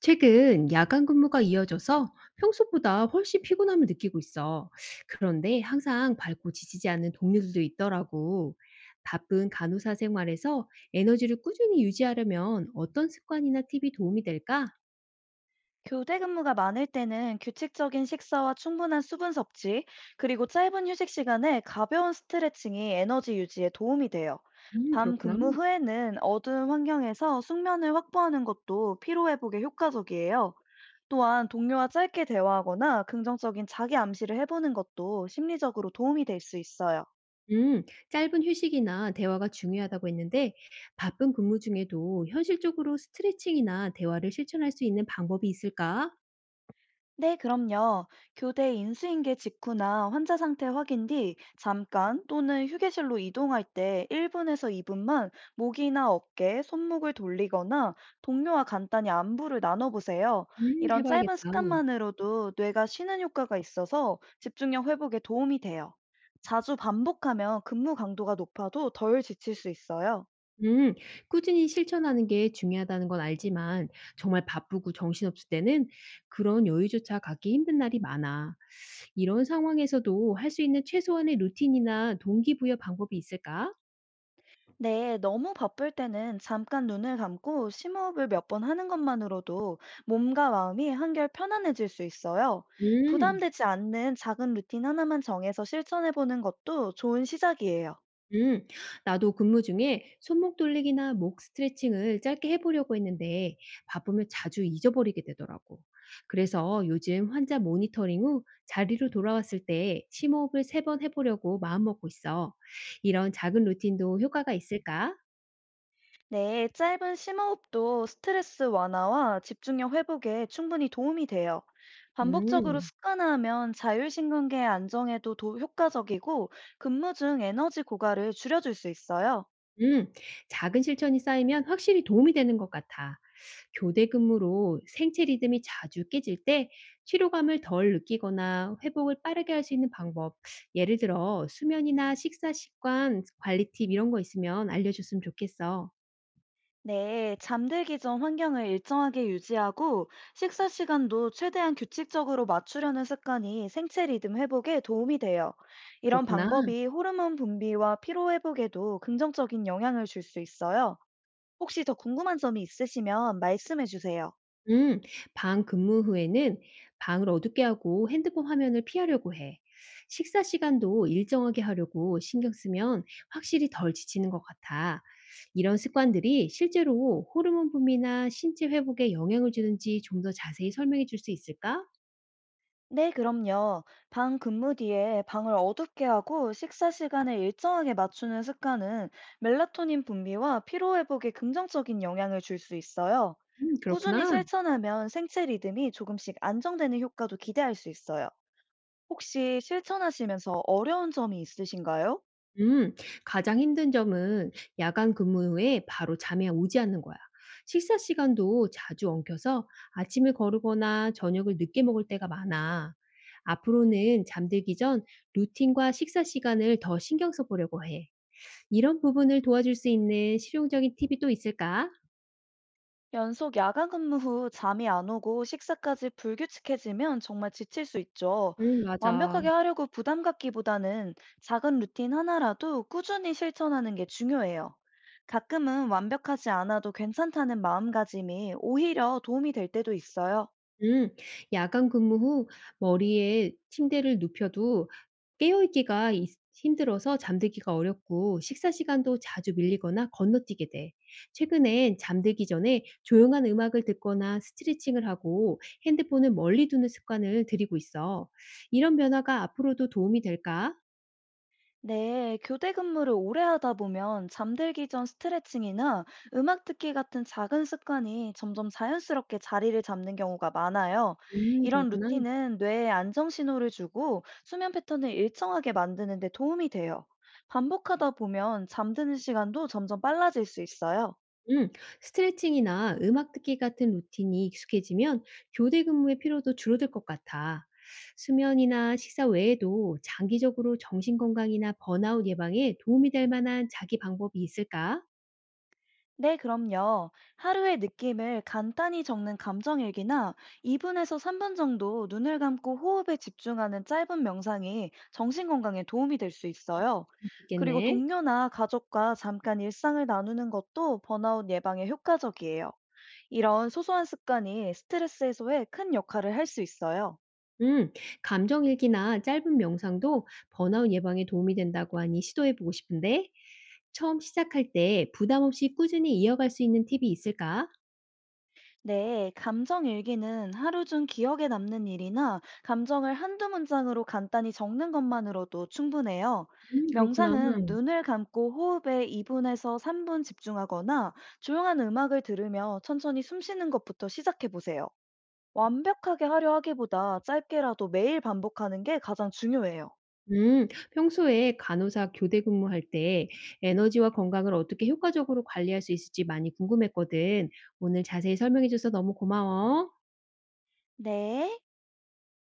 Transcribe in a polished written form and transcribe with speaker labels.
Speaker 1: 최근 야간 근무가 이어져서 평소보다 훨씬 피곤함을 느끼고 있어. 그런데 항상 밝고 지치지 않는 동료들도 있더라고. 바쁜 간호사 생활에서 에너지를 꾸준히 유지하려면 어떤 습관이나 팁이 도움이 될까?
Speaker 2: 교대 근무가 많을 때는 규칙적인 식사와 충분한 수분 섭취, 그리고 짧은 휴식 시간에 가벼운 스트레칭이 에너지 유지에 도움이 돼요. 밤
Speaker 1: 그렇구나.
Speaker 2: 근무 후에는 어두운 환경에서 숙면을 확보하는 것도 피로 회복에 효과적이에요. 또한 동료와 짧게 대화하거나 긍정적인 자기 암시를 해보는 것도 심리적으로 도움이 될 수 있어요.
Speaker 1: 음, 짧은 휴식이나 대화가 중요하다고 했는데 바쁜 근무 중에도 현실적으로 스트레칭이나 대화를 실천할 수 있는 방법이 있을까?
Speaker 2: 네, 그럼요. 교대 인수인계 직후나 환자 상태 확인 뒤 잠깐 또는 휴게실로 이동할 때 1분에서 2분만 목이나 어깨, 손목을 돌리거나 동료와 간단히 안부를 나눠보세요. 이런 짧은
Speaker 1: 해봐야겠다.
Speaker 2: 습관만으로도 뇌가 쉬는 효과가 있어서 집중력 회복에 도움이 돼요. 자주 반복하면 근무 강도가 높아도 덜 지칠 수 있어요.
Speaker 1: 음, 꾸준히 실천하는 게 중요하다는 건 알지만 정말 바쁘고 정신없을 때는 그런 여유조차 갖기 힘든 날이 많아. 이런 상황에서도 할 수 있는 최소한의 루틴이나 동기부여 방법이 있을까?
Speaker 2: 네, 너무 바쁠 때는 잠깐 눈을 감고 심호흡을 몇 번 하는 것만으로도 몸과 마음이 한결 편안해질 수 있어요.
Speaker 1: 음.
Speaker 2: 부담되지 않는 작은 루틴 하나만 정해서 실천해 보는 것도 좋은 시작이에요.
Speaker 1: 음, 나도 근무 중에 손목 돌리기나 목 스트레칭을 짧게 해보려고 했는데 바쁘면 자주 잊어버리게 되더라고. 그래서 요즘 환자 모니터링 후 자리로 돌아왔을 때 심호흡을 세 번 해보려고 마음먹고 있어. 이런 작은 루틴도 효과가 있을까?
Speaker 2: 네, 짧은 심호흡도 스트레스 완화와 집중력 회복에 충분히 도움이 돼요. 반복적으로
Speaker 1: 음.
Speaker 2: 습관화하면 자율신경계 안정에도 효과적이고 근무 중 에너지 고갈을 줄여줄 수 있어요.
Speaker 1: 음. 작은 실천이 쌓이면 확실히 도움이 되는 것 같아. 교대 근무로 생체 리듬이 자주 깨질 때 피로감을 덜 느끼거나 회복을 빠르게 할 수 있는 방법, 예를 들어 수면이나 식사 습관 관리 팁 이런 거 있으면 알려줬으면 좋겠어.
Speaker 2: 네, 잠들기 전 환경을 일정하게 유지하고 식사 시간도 최대한 규칙적으로 맞추려는 습관이 생체 리듬 회복에 도움이 돼요. 이런
Speaker 1: 그렇구나.
Speaker 2: 방법이 호르몬 분비와 피로 회복에도 긍정적인 영향을 줄 수 있어요. 혹시 더 궁금한 점이 있으시면 말씀해 주세요.
Speaker 1: 음, 방 근무 후에는 방을 어둡게 하고 핸드폰 화면을 피하려고 해. 식사 시간도 일정하게 하려고 신경 쓰면 확실히 덜 지치는 것 같아. 이런 습관들이 실제로 호르몬 분비나 신체 회복에 영향을 주는지 좀 더 자세히 설명해 줄 수 있을까?
Speaker 2: 네, 그럼요. 방 근무 뒤에 방을 어둡게 하고 식사 시간을 일정하게 맞추는 습관은 멜라토닌 분비와 피로 회복에 긍정적인 영향을 줄 수 있어요. 꾸준히
Speaker 1: 그렇구나.
Speaker 2: 실천하면 생체 리듬이 조금씩 안정되는 효과도 기대할 수 있어요. 혹시 실천하시면서 어려운 점이 있으신가요?
Speaker 1: 음, 가장 힘든 점은 야간 근무 후에 바로 잠이 오지 않는 거야. 식사 시간도 자주 엉켜서 아침을 거르거나 저녁을 늦게 먹을 때가 많아. 앞으로는 잠들기 전 루틴과 식사 시간을 더 신경 써보려고 해. 이런 부분을 도와줄 수 있는 실용적인 팁이 또 있을까?
Speaker 2: 연속 야간 근무 후 잠이 안 오고 식사까지 불규칙해지면 정말 지칠 수 있죠.
Speaker 1: 응, 맞아.
Speaker 2: 완벽하게 하려고 부담 갖기보다는 작은 루틴 하나라도 꾸준히 실천하는 게 중요해요. 가끔은 완벽하지 않아도 괜찮다는 마음가짐이 오히려 도움이 될 때도 있어요.
Speaker 1: 음. 야간 근무 후 머리에 침대를 눕혀도 깨어 있기가 힘들어서 잠들기가 어렵고 식사 시간도 자주 밀리거나 건너뛰게 돼. 최근엔 잠들기 전에 조용한 음악을 듣거나 스트레칭을 하고 핸드폰을 멀리 두는 습관을 들이고 있어. 이런 변화가 앞으로도 도움이 될까?
Speaker 2: 네, 교대 근무를 오래 하다 보면 잠들기 전 스트레칭이나 음악 듣기 같은 작은 습관이 점점 자연스럽게 자리를 잡는 경우가 많아요. 이런
Speaker 1: 그렇구나.
Speaker 2: 루틴은 뇌에 안정 신호를 주고 수면 패턴을 일정하게 만드는 데 도움이 돼요. 반복하다 보면 잠드는 시간도 점점 빨라질 수 있어요.
Speaker 1: 음, 스트레칭이나 음악 듣기 같은 루틴이 익숙해지면 교대 근무의 피로도 줄어들 것 같아. 수면이나 식사 외에도 장기적으로 정신 건강이나 번아웃 예방에 도움이 될 만한 자기 방법이 있을까?
Speaker 2: 네, 그럼요. 하루의 느낌을 간단히 적는 감정일기나 2분에서 3분 정도 눈을 감고 호흡에 집중하는 짧은 명상이 정신 건강에 도움이 될 수 있어요.
Speaker 1: 볼수
Speaker 2: 그리고
Speaker 1: 있겠네.
Speaker 2: 동료나 가족과 잠깐 일상을 나누는 것도 번아웃 예방에 효과적이에요. 이런 소소한 습관이 스트레스 해소에 큰 역할을 할 수 있어요.
Speaker 1: 음, 감정 일기나 짧은 명상도 번아웃 예방에 도움이 된다고 하니 시도해 보고 싶은데 처음 시작할 때 부담 없이 꾸준히 이어갈 수 있는 팁이 있을까?
Speaker 2: 네, 감정 일기는 하루 중 기억에 남는 일이나 감정을 한두 문장으로 간단히 적는 것만으로도 충분해요.
Speaker 1: 그렇구나.
Speaker 2: 명상은 눈을 감고 호흡에 2분에서 3분 집중하거나 조용한 음악을 들으며 천천히 숨 쉬는 것부터 시작해 보세요. 완벽하게 하려 하기보다 짧게라도 매일 반복하는 게 가장 중요해요.
Speaker 1: 평소에 간호사 교대 근무할 때 에너지와 건강을 어떻게 효과적으로 관리할 수 있을지 많이 궁금했거든. 오늘 자세히 설명해 줘서 너무 고마워.
Speaker 2: 네.